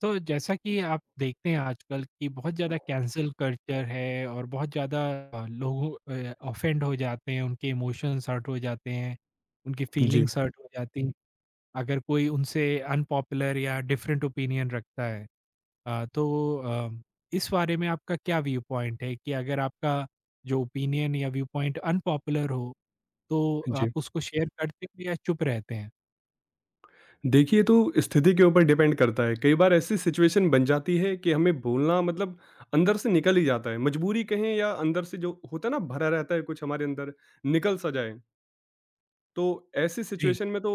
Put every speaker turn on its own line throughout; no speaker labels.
तो जैसा कि आप देखते हैं आजकल कि बहुत ज़्यादा कैंसल कल्चर है और बहुत ज़्यादा लोग ऑफेंड हो जाते हैं, उनके इमोशंस हर्ट हो जाते हैं, उनकी
जी,
फीलिंग्स हर्ट हो जाती हैं, अगर कोई उनसे अनपॉपुलर या डिफरेंट ओपिनियन रखता है। तो इस बारे में आपका क्या व्यू पॉइंट है कि अगर आपका जो ओपिनियन या व्यू पॉइंट अनपॉपुलर हो, तो
जी।
आप उसको शेयर करते हो या चुप रहते हैं?
देखिए, तो स्थिति के ऊपर डिपेंड करता है। कई बार ऐसी सिचुएशन बन जाती है कि हमें बोलना मतलब अंदर से निकल ही जाता है। मजबूरी कहें या अंदर से जो होता है ना भरा रहता है कुछ हमारे अंदर, निकल सा जाए। तो ऐसी
जी।
सिचुएशन में तो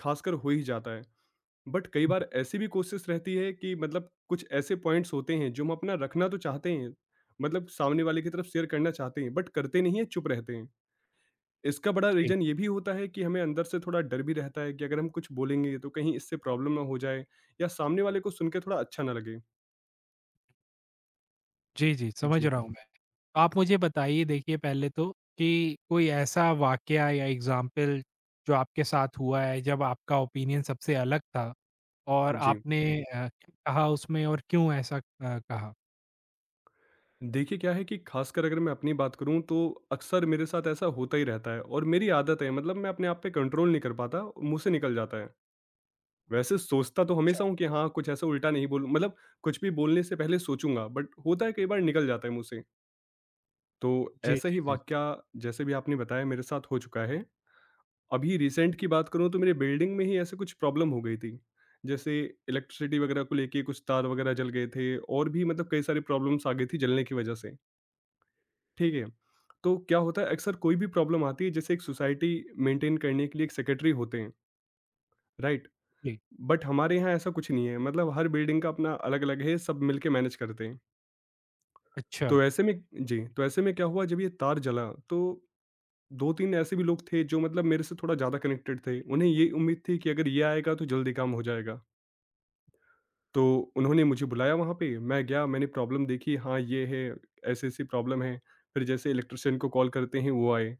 खासकर हो ही जाता है। बट कई
हुँ,
बार ऐसी भी कोशिश रहती है कि मतलब कुछ ऐसे पॉइंट्स होते हैं जो हम अपना रखना तो चाहते हैं, मतलब सामने वाले की तरफ शेयर करना चाहते हैं, बट करते नहीं है, चुप रहते हैं। इसका बड़ा
जी।
रीजन ये भी होता है कि हमें अंदर से थोड़ा डर भी रहता है कि अगर हम कुछ बोलेंगे तो कहीं इससे प्रॉब्लम ना हो जाए या सामने वाले को सुन के थोड़ा अच्छा ना लगे।
जी, जी, समझ
जी।
रहा हूँ मैं। आप मुझे बताइए देखिए पहले तो कि कोई ऐसा वाकया या एग्जाम्पल जो आपके साथ हुआ है जब आपका ओपिनियन सबसे अलग था और
जी,
आपने जी। क्या कहा उसमें और क्यों ऐसा कहा?
देखिए क्या है कि खासकर अगर मैं अपनी बात करूं तो अक्सर मेरे साथ ऐसा होता ही रहता है और मेरी आदत है, मतलब मैं अपने आप पे कंट्रोल नहीं कर पाता, मुंह से निकल जाता है। वैसे सोचता तो
अच्छा।
हमेशा हूँ कि हाँ, कुछ ऐसा उल्टा नहीं बोलूँ, मतलब कुछ भी बोलने से पहले सोचूँगा, बट होता है कई बार निकल जाता है मुँह से। तो
जी,
ऐसा
जी,
ही
जी,
वाकया जैसे भी आपने बताया मेरे साथ हो चुका है। अभी रिसेंट की बात करूँ तो मेरे बिल्डिंग में ही ऐसे कुछ प्रॉब्लम हो गई थी। जैसे इलेक्ट्रिसिटी वगैरह को लेके कुछ तार वगैरह जल गए थे और भी मतलब कई सारी प्रॉब्लम्स आ गई थी जलने की वजह से, ठीक है? तो क्या होता है अक्सर कोई भी प्रॉब्लम आती है, जैसे एक सोसाइटी मेंटेन करने के लिए एक सेक्रेटरी होते हैं, राइट?
जी।
बट हमारे यहाँ ऐसा कुछ नहीं है, मतलब हर बिल्डिंग का अपना अलग अलग है, सब मिलके मैनेज करते हैं।
अच्छा,
तो ऐसे में जी, तो ऐसे में क्या हुआ जब ये तार जला तो दो तीन ऐसे भी लोग थे जो मतलब मेरे से थोड़ा ज़्यादा कनेक्टेड थे, उन्हें ये उम्मीद थी कि अगर ये आएगा तो जल्दी काम हो जाएगा। तो उन्होंने मुझे बुलाया वहाँ पे, मैं गया, मैंने प्रॉब्लम देखी, हाँ, ये है, ऐसी-ऐसी प्रॉब्लम है। फिर जैसे इलेक्ट्रीशियन को कॉल करते हैं वो आए।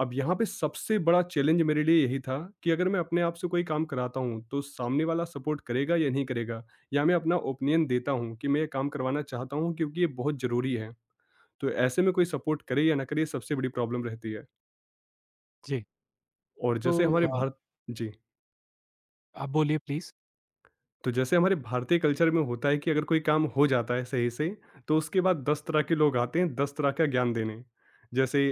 अब यहाँ पे सबसे बड़ा चैलेंज मेरे लिए यही था कि अगर मैं अपने आप से कोई काम कराता हूँ, तो सामने वाला सपोर्ट करेगा या नहीं करेगा? या मैं अपना ओपिनियन देता हूँ कि मैं ये काम करवाना चाहता हूँ क्योंकि ये बहुत ज़रूरी है। तो ऐसे में कोई सपोर्ट करे या ना करे, सबसे बड़ी प्रॉब्लम रहती है।
जी।
और
तो
जैसे हमारे
अ,
भारत। जी।
आप बोलिए प्लीज़।
तो जैसे हमारे भारतीय कल्चर में होता है कि अगर कोई काम हो जाता है सही से तो उसके बाद दस तरह के लोग आते हैं दस तरह का ज्ञान देने। जैसे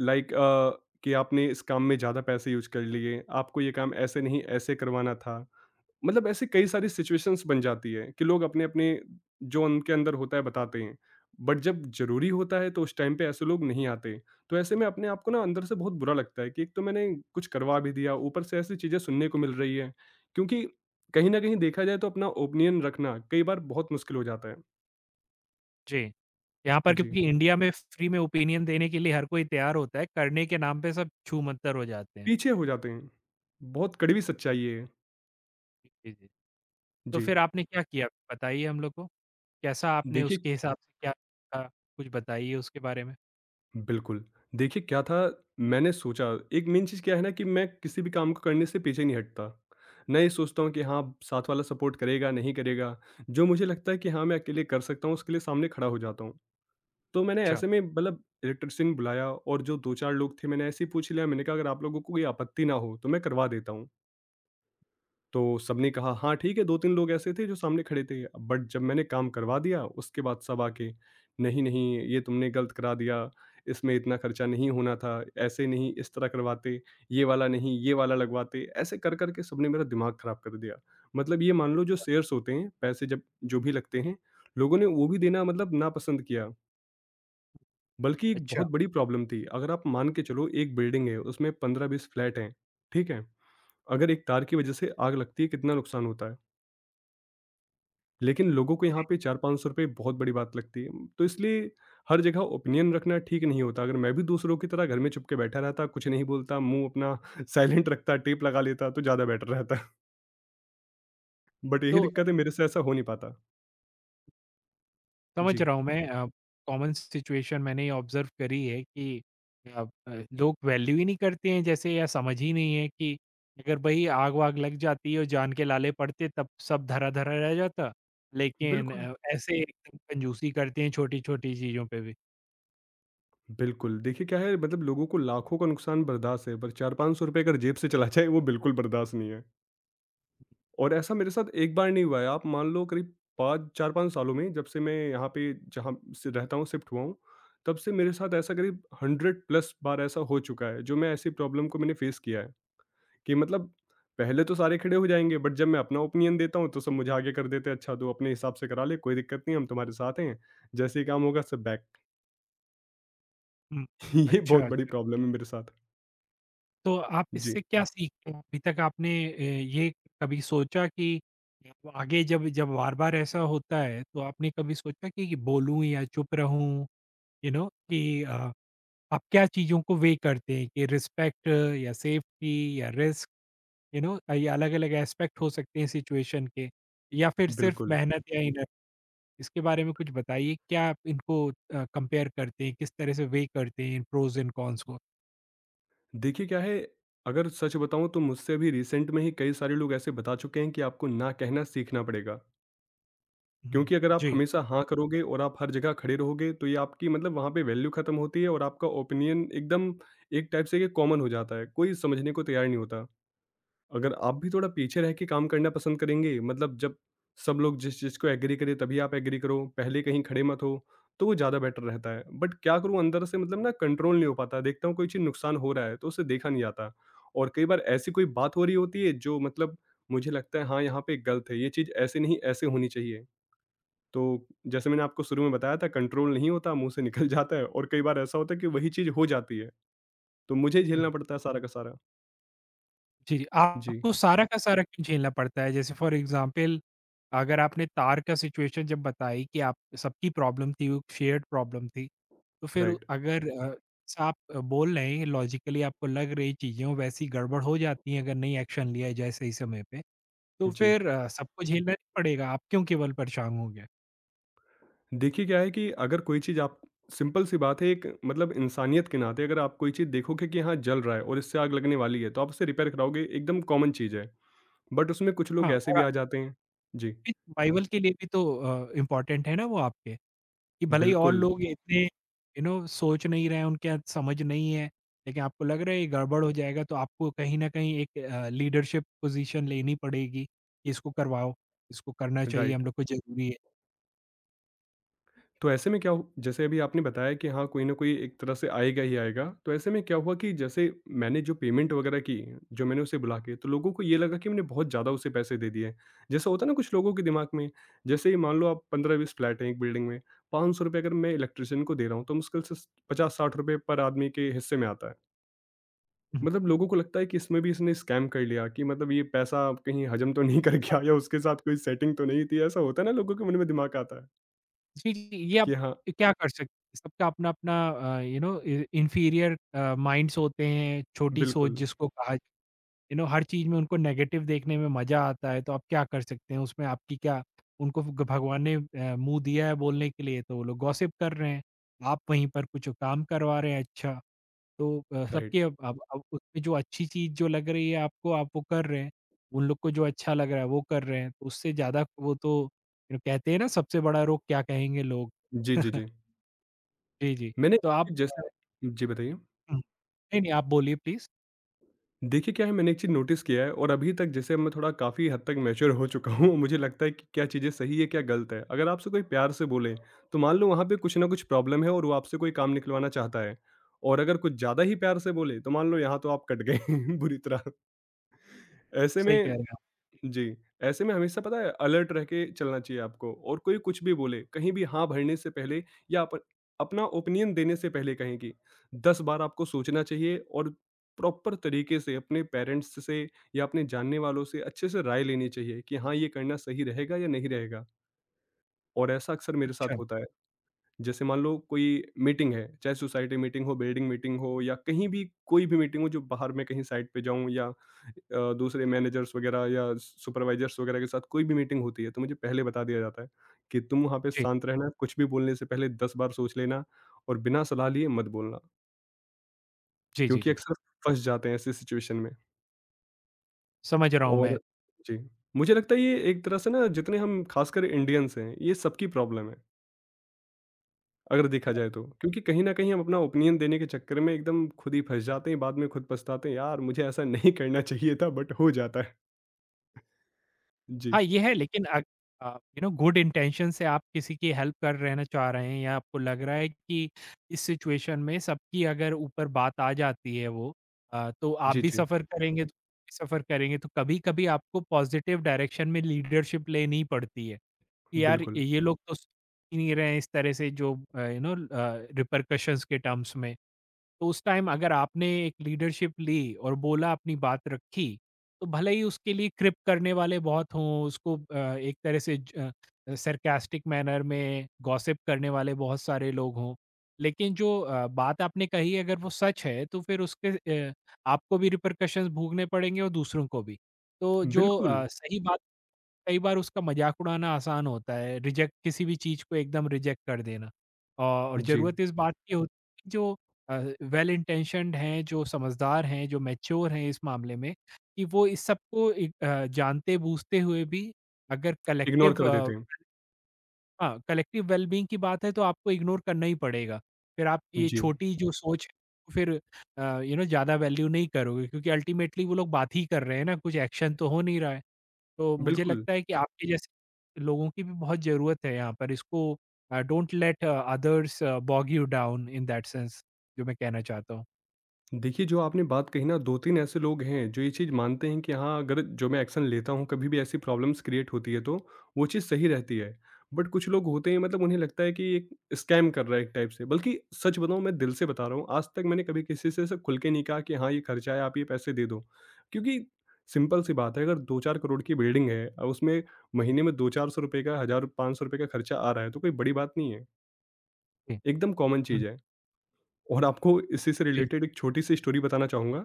लाइक कि आपने इस काम में ज़्यादा पैसे यूज कर लिए, आपको ये काम ऐसे नहीं ऐसे करवाना था। मतलब ऐसे कई सारी सिचुएशंस बन जाती है कि लोग अपने-अपने जो उनके अंदर होता है बताते हैं। बट जब ज़रूरी होता है तो उस टाइम पे ऐसे लोग नहीं आते। तो ऐसे में अपने आप को ना अंदर से बहुत बुरा लगता है कि एक तो मैंने कुछ करवा भी दिया, ऊपर से ऐसी चीज़ें सुनने को मिल रही हैं। क्योंकि कहीं न कहीं देखा जाए तो अपना ओपिनियन रखना कई बार बहुत मुश्किल हो जाता है।
जी। यहाँ पर
जी,
क्योंकि इंडिया में फ्री में ओपिनियन देने के लिए हर कोई तैयार होता है, करने के नाम पे सब छूमंतर हो जाते हैं।
पीछे हो जाते हैं। बहुत कड़वी सच्चाई है ये।
जी, जी। तो
जी,
फिर आपने क्या किया? बताइए हम लोग को। कैसा आपने
देखिए
उसके हिसाब से क्या अ, कुछ बताइए उसके बारे में?
बिल्कुल। देखिए क्या था, मैंने सोचा, एक मेन चीज़ क्या है ना कि मैं किसी भी काम को करने से पीछे नहीं हटता। मैं ये सोचता हूँ कि हाँ, साथ वाला सपोर्ट करेगा, नहीं करेगा। जो मुझे लगता है कि हाँ, मैं अकेले कर सकता हूँ, उसके लिए सामने खड़ा हो जाता हूँ। तो मैंने
अच्छा,
ऐसे में मतलब इलेक्ट्रीशियन बुलाया और जो 2-4 लोग थे मैंने ऐसे ही पूछ लिया, मैंने कहा अगर आप लोगों को कोई आपत्ति ना हो तो मैं करवा देता हूँ। तो सबने कहा हाँ ठीक है, 2-3 लोग ऐसे थे जो सामने खड़े थे। बट जब मैंने काम करवा दिया उसके बाद सब आके नहीं, नहीं ये तुमने गलत करा दिया, इसमें इतना खर्चा नहीं होना था, ऐसे नहीं इस तरह करवाते, ये वाला नहीं ये वाला लगवाते, ऐसे कर कर के सबने मेरा दिमाग खराब कर दिया। मतलब ये मान लो जो शेयर्स होते हैं, पैसे जब जो भी लगते हैं, लोगों ने वो भी देना मतलब नापसंद किया। बल्कि एक
अच्छा।
बहुत बड़ी प्रॉब्लम थी। अगर आप मान के चलो एक बिल्डिंग है उसमें 15-20 फ्लैट हैं, ठीक है? अगर एक तार की वजह से आग लगती है कितना नुकसान होता है। लेकिन लोगों को यहाँ पे 4-5 सौ रुपए बहुत बड़ी बात लगती है। तो इसलिए हर जगह ओपिनियन रखना ठीक नहीं होता। अगर मैं भी दूसरों की तरह घर में चुपके बैठा रहता, कुछ नहीं बोलता, मुँह अपना साइलेंट रखता, टेप लगा लेता तो ज़्यादा बेटर रहता। बट यही
तो
दिक्कत है, मेरे से ऐसा हो नहीं पाता।
समझ
जी।
रहा हूँ मैं कॉमन सिचुएशन मैंने ये ऑब्ज़र्व करी है कि लोग वैल्यू ही नहीं करते हैं जैसे या समझ ही नहीं है कि अगर भई आग-वाग लग जाती और जान के लाले पड़ते तब सब धरा-धरा रह जाता। लेकिन
बिल्कुल,
ऐसे एकदम कंजूसी करते हैं छोटी-छोटी चीज़ों पे भी।
बिल्कुल। देखिए क्या है, मतलब लोगों को लाखों का नुकसान बर्दाश्त है पर 4-5 सौ रुपए अगर जेब से चला जाए वो बिल्कुल बर्दाश्त नहीं है। और ऐसा मेरे साथ एक बार नहीं हुआ है, आप मान लो करीब 5 4-5 सालों में जब से मैं यहाँ पे जहाँ से रहता हूँ शिफ्ट हुआ हूँ, तब से मेरे साथ ऐसा करीब 100 प्लस बार ऐसा हो चुका है, जो मैं ऐसी प्रॉब्लम को मैंने फेस किया है, कि मतलब पहले तो सारे खड़े हो जाएँगे, बट जब मैं अपना ओपिनियन देता हूँ, तो सब मुझे आगे कर देते हैं, "अच्छा तू अपने हिसाब से करा ले, कोई दिक्कत नहीं है, हम तुम्हारे साथ हैं, जैसे ही काम होगा सब बैक।"
हुँ,
ये
अच्छा,
बहुत बड़ी
अच्छा।
प्रॉब्लम है मेरे साथ।
तो आप
जी,
इससे क्या सीखते हो? अभी तक आपने ये कभी सोचा कि आप आगे जब जब बार-बार ऐसा होता है, तो आपने कभी सोचा कि बोलूँ या चुप रहूँ? यू नो कि आप क्या चीज़ों को वेइ करते हैं कि रिस्पेक्ट या सेफ्टी या रिस्क यू नो ये अलग-अलग एस्पेक्ट हो सकते हैं सिचुएशन के या फिर सिर्फ
बिल्कुल।
मेहनत या इनर? इसके बारे में कुछ बताइए, क्या आप इनको कंपेयर करते हैं? किस तरह से वेइ करते हैं इन प्रोज़ एंड कॉन्स को?
देखिए क्या है, अगर सच बताऊँ तो मुझसे अभी रिसेंट में ही कई सारे लोग ऐसे बता चुके हैं कि आपको ना कहना सीखना पड़ेगा।
हुँ,
क्योंकि अगर आप
जी।
हमेशा बिल्कुल हाँ करोगे और आप हर जगह खड़े रहोगे तो ये आपकी मतलब वहाँ पे वैल्यू खत्म होती है और आपका ओपिनियन एकदम एक टाइप से ये कॉमन हो जाता है, कोई समझने को तैयार नहीं होता। अगर आप भी थोड़ा पीछे रह के काम करना पसंद करेंगे, मतलब जब सब लोग जिस चीज़ को एग्री करें तभी आप एग्री करो, पहले कहीं खड़े मत हो, तो वो ज़्यादा बेटर रहता है। बट क्या करूँ अंदर से मतलब ना कंट्रोल नहीं हो पाता, देखता हूँ कोई चीज़ नुकसान हो रहा है तो उसे देखा नहीं जाता। और कई बार ऐसी कोई बात हो रही होती है जो मतलब मुझे लगता है हाँ यहाँ पे गलत है, ये चीज़ ऐसे नहीं ऐसे होनी चाहिए, तो जैसे मैंने आपको शुरू में बताया था कंट्रोल नहीं होता मुंह से निकल जाता है और कई बार ऐसा होता है कि वही चीज़ हो जाती है तो मुझे झेलना पड़ता है सारा का सारा।
जी, जी,
जी।
आपको सारा का सारा क्यों झेलना पड़ता है? जैसे फॉर एग्ज़ाम्पल अगर आपने तार का सिचुएशन जब बताई कि आप सबकी प्रॉब्लम थी, वो शेयर्ड प्रॉब्लम थी, तो फिर
राइट।
अगर अ, स आप बोल रहे हैं लॉजिकली आपको लग रही चीज़ें वो वैसी गड़बड़ हो जाती हैं अगर नहीं एक्शन लिया जाए सही समय पे, तो
जी,
फिर सबको झेलना नहीं पड़ेगा, आप क्यों केवल परेशान होंगे?
देखिए क्या है कि अगर कोई चीज़ आप, सिंपल सी बात है, एक मतलब इंसानियत के नाते अगर आप कोई चीज़ देखोगे कि हाँ जल रहा है और इससे आग लगने वाली है तो आप उसे रिपेयर कराओगे, एकदम कॉमन चीज़ है। बट उसमें कुछ
हाँ,
लोग ऐसे भी
और
आ जाते हैं। जी।
आपके सर्वाइवल के लिए भी तो इम्पोर्टेंट है ना वो आपके। कि भले ही और
बिल्कुल।
लोग इतने यू नो सोच नहीं रहे हैं, उनके यहाँ समझ नहीं है, लेकिन आपको लग रहा है ये गड़बड़ हो जाएगा तो आपको कहीं न कहीं एक लीडरशिप पोज़ीशन लेनी पड़ेगी, कि इसको करवाओ, इसको करना चाहिए
राइट,
हम लोग को ज़रूरी है।
तो ऐसे में क्या हु, जैसे अभी आपने बताया कि हाँ, कोई न कोई एक तरह से आएगा ही आएगा, तो ऐसे में क्या हुआ कि जैसे मैंने जो पेमेंट वगैरह की, जो मैंने उसे बुला के, तो लोगों को ये लगा कि मैंने बहुत ज़्यादा उसे पैसे दे दिए। जैसा होता है ना कुछ लोगों के दिमाग में, जैसे ही मान लो आप 15-20 फ्लैट हैं एक बिल्डिंग में, ₹500 अगर मैं इलेक्ट्रीशियन को दे रहा हूँ, तो मुश्किल से स ₹50-60 पर आदमी के हिस्से में आता है।
हुँ,
मतलब लोगों को लगता है कि इसमें भी इसने स्कैम कर लिया, कि मतलब ये पैसा कहीं हजम तो नहीं
अच्छा।
करके आया, उसके साथ कोई सेटिंग तो नहीं थी, ऐसा होता है ना लोगों के मन में दिमाग आता है।
जी, जी, ये आप
कि हाँ
क्या कर सकते हैं सबका अपना-अपना यू नो इ इन्फीरियर माइंड्स होते हैं, छोटी सोच
बिल्कुल,
जिसको कहा यू नो हर चीज़ में उनको नेगेटिव देखने में मज़ा आता है, तो आप क्या कर सकते हैं उसमें आपकी क्या उनको ग भगवान ने मुँह दिया है बोलने के लिए, तो वो लोग गॉसिप कर रहे हैं, आप वहीं पर कुछ काम करवा रहे हैं अच्छा। तो
राइट।
सबकी अब उसमें जो अच्छी चीज़ जो लग रही है आपको, आप वो कर रहे हैं, उन लोग को जो अच्छा लग रहा है वो कर रहे हैं, तो उससे ज़्यादा वो तो यू नो कहते हैं ना सबसे बड़ा रोग क्या कहेंगे लोग।
जी, जी, जी।
जी, जी।
मैंने,
तो आप
जैसे, जी, बताइए?
हुँ। नहीं, नहीं आप बोलिए प्लीज़,
देखिए क्या है, मैंने एक चीज़ नोटिस किया है और अभी तक जैसे मैं थोड़ा काफ़ी हद तक मैच्योर हो चुका हूँ, मुझे लगता है कि क्या चीज़ें सही है, क्या गलत है। अगर आपसे कोई प्यार से बोले, तो मान लो वहाँ पे कुछ ना कुछ प्रॉब्लम है और वो आपसे कोई काम निकलवाना चाहता है और अगर कुछ ज़्यादा ही प्यार से बोले, तो मान लो यहाँ तो आप कट गए बुरी तरह। ऐसे
सही कह
में
रहे हैं आप।
जी, ऐसे में हमेशा पता है अलर्ट रह के चलना चाहिए आपको, और कोई कुछ भी बोले, कहीं भी हाँ भरने से पहले या अप अपना ओपिनियन देने से पहले कहीं की 10 बार आपको सोचना चाहिए और प्रॉपर तरीके से अपने पेरेंट्स से या अपने जानने वालों से अच्छे से राय लेनी चाहिए कि हाँ, ये करना सही रहेगा या नहीं रहेगा, और ऐसा अक्सर मेरे साथ
अच्छा,
होता है। जैसे मान लो कोई मीटिंग है, चाहे सोसाइटी मीटिंग हो, बिल्डिंग मीटिंग हो, या कहीं भी कोई भी मीटिंग हो, जो बाहर में कहीं साइट पे जाऊं या दूसरे मैनेजर्स वगैरह या सुपरवाइजर्स वगैरह के साथ कोई भी मीटिंग होती है, तो मुझे पहले बता दिया जाता है कि तुम वहां पे
जी।
शांत रहना, कुछ भी बोलने से पहले दस बार सोच लेना और बिना सलाह लिए मत बोलना,
जी, जी,
क्योंकि
जी।
अक्सर फंस जाते हैं ऐसी सिचुएशन में।
समझ रहा हूँ मैं।
और जी, मुझे लगता है ये एक तरह से ना जितने हम खासकर इंडियंस हैं ये सबकी प्रॉब्लम है अगर देखा जाए तो। क्योंकि कहीं न कहीं हम अपना ओपिनियन देने के चक्कर में एकदम खुद ही फँस जाते हैं, बाद में खुद पछताते हैं, यार मुझे ऐसा नहीं करना चाहिए था, बट हो जाता है। जी।
हाँ, ये है लेकिन uh, you know good intention से आप किसी की हेल्प कर रहना चाह रहे हैं या आपको लग रहा है कि इस सिचुएशन में सबकी अगर ऊपर बात आ जाती है वो तो आप
जी,
भी
जी।
सफ़र करेंगे तो भी सफ़र करेंगे तो कभी-कभी आपको पॉजिटिव डायरेक्शन में लीडरशिप लेनी पड़ती है कि यार
बिल्कुल।
ये लोग तो सोच ही नहीं रहे हैं इस तरह से जो यू नो रिपरकशंस के टर्म्स में। तो उस टाइम अगर आपने एक लीडरशिप ली और बोला अपनी बात रखी, तो भले ही उसके लिए क्रिप करने वाले बहुत हों, उसको एक तरह से सरकास्टिक मैनर में गॉसिप करने वाले बहुत सारे लोग हों। लेकिन जो बात आपने कही अगर वो सच है तो फिर उसके आपको भी रिपरकशंस भोगने पड़ेंगे और दूसरों को भी। तो जो
बिल्कुल।
सही बात कई बार उसका मज़ाक उड़ाना आसान होता है, रिजेक्ट किसी भी चीज़ को एकदम रिजेक्ट कर देना। और
जी।
ज़रूरत इस बात की होती है कि जो अ, वेल इंटेंशन्ड हैं, जो समझदार हैं, जो मैच्योर हैं इस मामले में, कि वो इस सबको जानते-बूझते हुए भी अगर
इग्नोर
कलेक्टिव
कर देते हैं।
हाँ, कलेक्टिव वेल-बीइंग की बात है तो आपको इग्नोर करना ही पड़ेगा। फिर आप ये
जी,
छोटी जो सोच है, तो फिर यू नो ज़्यादा वैल्यू नहीं करोगे क्योंकि अल्टीमेटली वो लोग बात ही कर रहे हैं ना, कुछ एक्शन तो हो नहीं रहा है। तो मुझे
बिल्कुल।
लगता है कि आपके जैसे लोगों की भी बहुत ज़रूरत है यहाँ पर। इसको don't let others bog you down in that sense जो मैं कहना चाहता हूँ।
देखिए, जो आपने बात कही ना, 2-3 ऐसे लोग हैं जो ये चीज़ मानते हैं कि हाँ, अगर जो मैं एक्शन लेता हूँ कभी भी ऐसी प्रॉब्लम्स क्रिएट होती है तो वो चीज़ सही रहती है। बट कुछ लोग होते हैं, मतलब उन्हें लगता है कि ये एक स्कैम कर रहा है एक टाइप से। बल्कि सच बताऊँ, मैं दिल से बता रहा हूँ, आज तक मैंने कभी किसी से ऐसे खुल के नहीं कहा कि हाँ, ये खर्चा है आप ये पैसे दे दो। क्योंकि सिंपल सी बात है, अगर 2-4 करोड़ की बिल्डिंग है और उसमें महीने में 2-400 रुपए का, 1000-500 रुपए का खर्चा आ रहा है, तो कोई बड़ी बात नहीं है,
जी,
एकदम कॉमन
हुँ,
चीज़ है। और आपको इसी से
जी,
रिलेटेड एक छोटी-सी स्टोरी बताना चाहूँगा।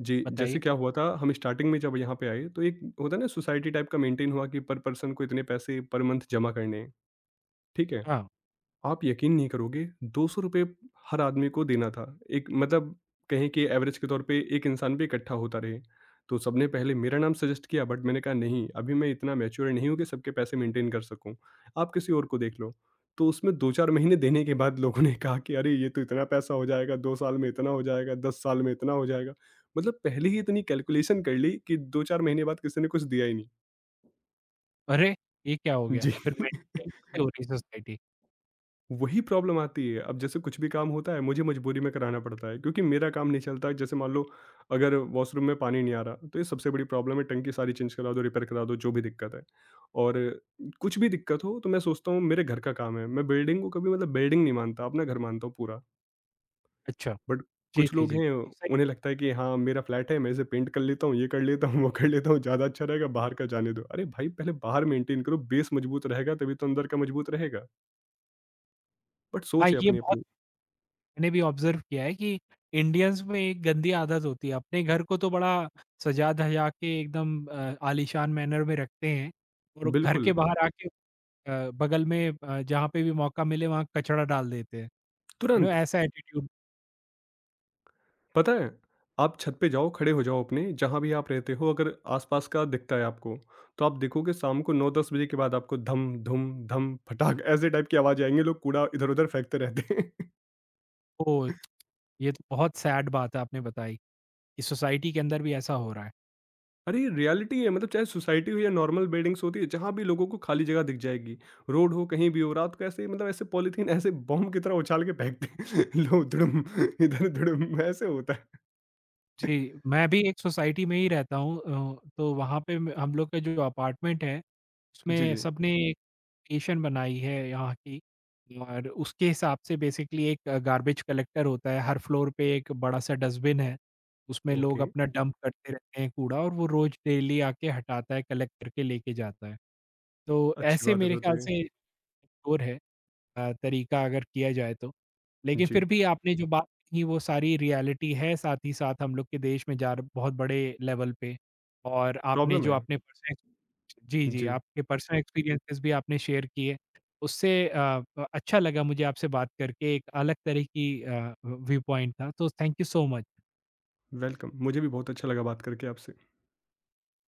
जी, जैसे
बताइए?
क्या हुआ था, हम स्टार्टिंग में जब यहाँ पे आए तो एक होता है ना सोसाइटी टाइप का, मेंटेन हुआ कि पर पर्सन को इतने पैसे पर मंथ जमा करने हैं, ठीक है?
हाँ,
आप यकीन नहीं करोगे, ₹200 हर आदमी को देना था। एक मतलब कहें कि एवरेज के तौर पे एक इंसान पे इकट्ठा होता रहे। तो सबने पहले मेरा नाम सजेस्ट किया, बट मैंने कहा नहीं, अभी मैं इतना मैच्योर नहीं हूँ कि सबके पैसे मेंटेन कर सकूँ, आप किसी और को देख लो। तो उसमें 2-4 महीने देने के बाद लोगों ने कहा कि अरे ये तो इतना पैसा हो जाएगा, 2 साल में इतना हो जाएगा, 10 साल में इतना हो जाएगा। मतलब पहले ही इतनी कैलकुलेशन कर ली कि 2-4 महीने बाद किसी ने कुछ दिया ही नहीं।
अरे! ये क्या हो गया?
जी।
फिर मेंटेन कैसे हो रही सोसाइटी।
वही प्रॉब्लम आती है। अब जैसे कुछ भी काम होता है, मुझे मजबूरी में कराना पड़ता है क्योंकि मेरा काम नहीं चलता। जैसे मान लो अगर वॉशरूम में पानी नहीं आ रहा, तो ये सबसे बड़ी प्रॉब्लम है। टंकी सारी चेंज करा दो, रिपेयर करा दो, जो भी दिक्कत है। और कुछ भी दिक्कत हो तो मैं सोचता हूँ मेरे घर का काम है। मैं बिल्डिंग को कभी मतलब बिल्डिंग नहीं मानता, अपना घर मानता हूँ पूरा।
अच्छा,
बट
जी,
कुछ
जी,
लोग
जी।
हैं,
सही
उन्हें लगता है कि हाँ मेरा फ्लैट है, मैं इसे पेंट कर लेता हूँ, ये कर लेता हूँ, वो कर लेता हूँ, ज़्यादा अच्छा रहेगा, बाहर का जाने दो। अरे भाई, पहले बाहर मेंटेन करो, बेस मजबूत रहेगा तभी तो अंदर का मजबूत रहेगा। बट
हाँ,
सोच है
ये बहुत
अपनी-अपनी।
मैंने भी ऑब्ज़र्व किया है कि इंडियंस में एक गंदी आदत होती है, अपने घर को तो बड़ा सजा-धजा के एकदम आलीशान मैनर में रखते हैं और घर के
बिल्कुल।
बाहर आके बगल में जहाँ पे भी मौका मिले वहाँ कचरा डाल देते हैं, यू नो
तुरंत
ऐसा एटीट्यूड।
पता है, आप छत पे जाओ, खड़े हो जाओ अपने जहाँ भी आप रहते हो, अगर आसपास का दिखता है आपको, तो आप देखोगे शाम को नौ दस बजे के बाद आपको धम धुम धम फटाक ऐसे टाइप की आवाज आएंगे, लोग कूड़ा इधर उधर फेंकते रहते हैं।
ओह! ये तो बहुत सैड बात है आपने बताई कि सोसाइटी के अंदर भी ऐसा हो रहा है।
अरे ये रियलिटी है, मतलब चाहे सोसाइटी हो या नॉर्मल बिल्डिंग्स होती है, जहाँ भी लोगों को खाली जगह दिख जाएगी, रोड हो कहीं भी हो, रात को ऐसे मतलब ऐसे पॉलीथीन ऐसे बॉम्ब की तरह उछाल के फेंकते हैं। लो धुड़ुम इधर धुड़ुम ऐसे होता है।
जी, मैं भी एक सोसाइटी में ही रहता हूँ तो वहाँ पे म हम लोग का जो अपार्टमेंट है,
जी,
उसमें
जी।
सबने एक लोकेशन बनाई है यहाँ की और उसके हिसाब से बेसिकली एक गार्बेज कलेक्टर होता है, हर फ्लोर पे एक बड़ा-सा डस्टबिन है, उसमें लोग
ओके,
अपना डंप करते रहते हैं कूड़ा और वो रोज़ डेली आके हटाता है, कलेक्ट करके लेके जाता है। तो
अच्छी
ऐसे
बात है
मेरे
फिर
ख्याल
तो ये।
से और है तरीका अगर किया जाए तो। लेकिन
जी,
फिर भी आपने जो बात की वो सारी रियलिटी है साथ ही साथ हम लोग के देश में जार बहुत बड़े लेवल पे और आपने
प्रॉब्लम
जो
है।
अपने पर्सनल जी, जी,
जी,
आपके पर्सनल एक्सपीरियंसेस भी आपने शेयर किए। उससे अच्छा लगा मुझे आपसे बात करके एक अलग तरह की व्यू पॉइंट था। तो thank you so much.
Welcome. मुझे भी बहुत अच्छा लगा बात करके आपसे।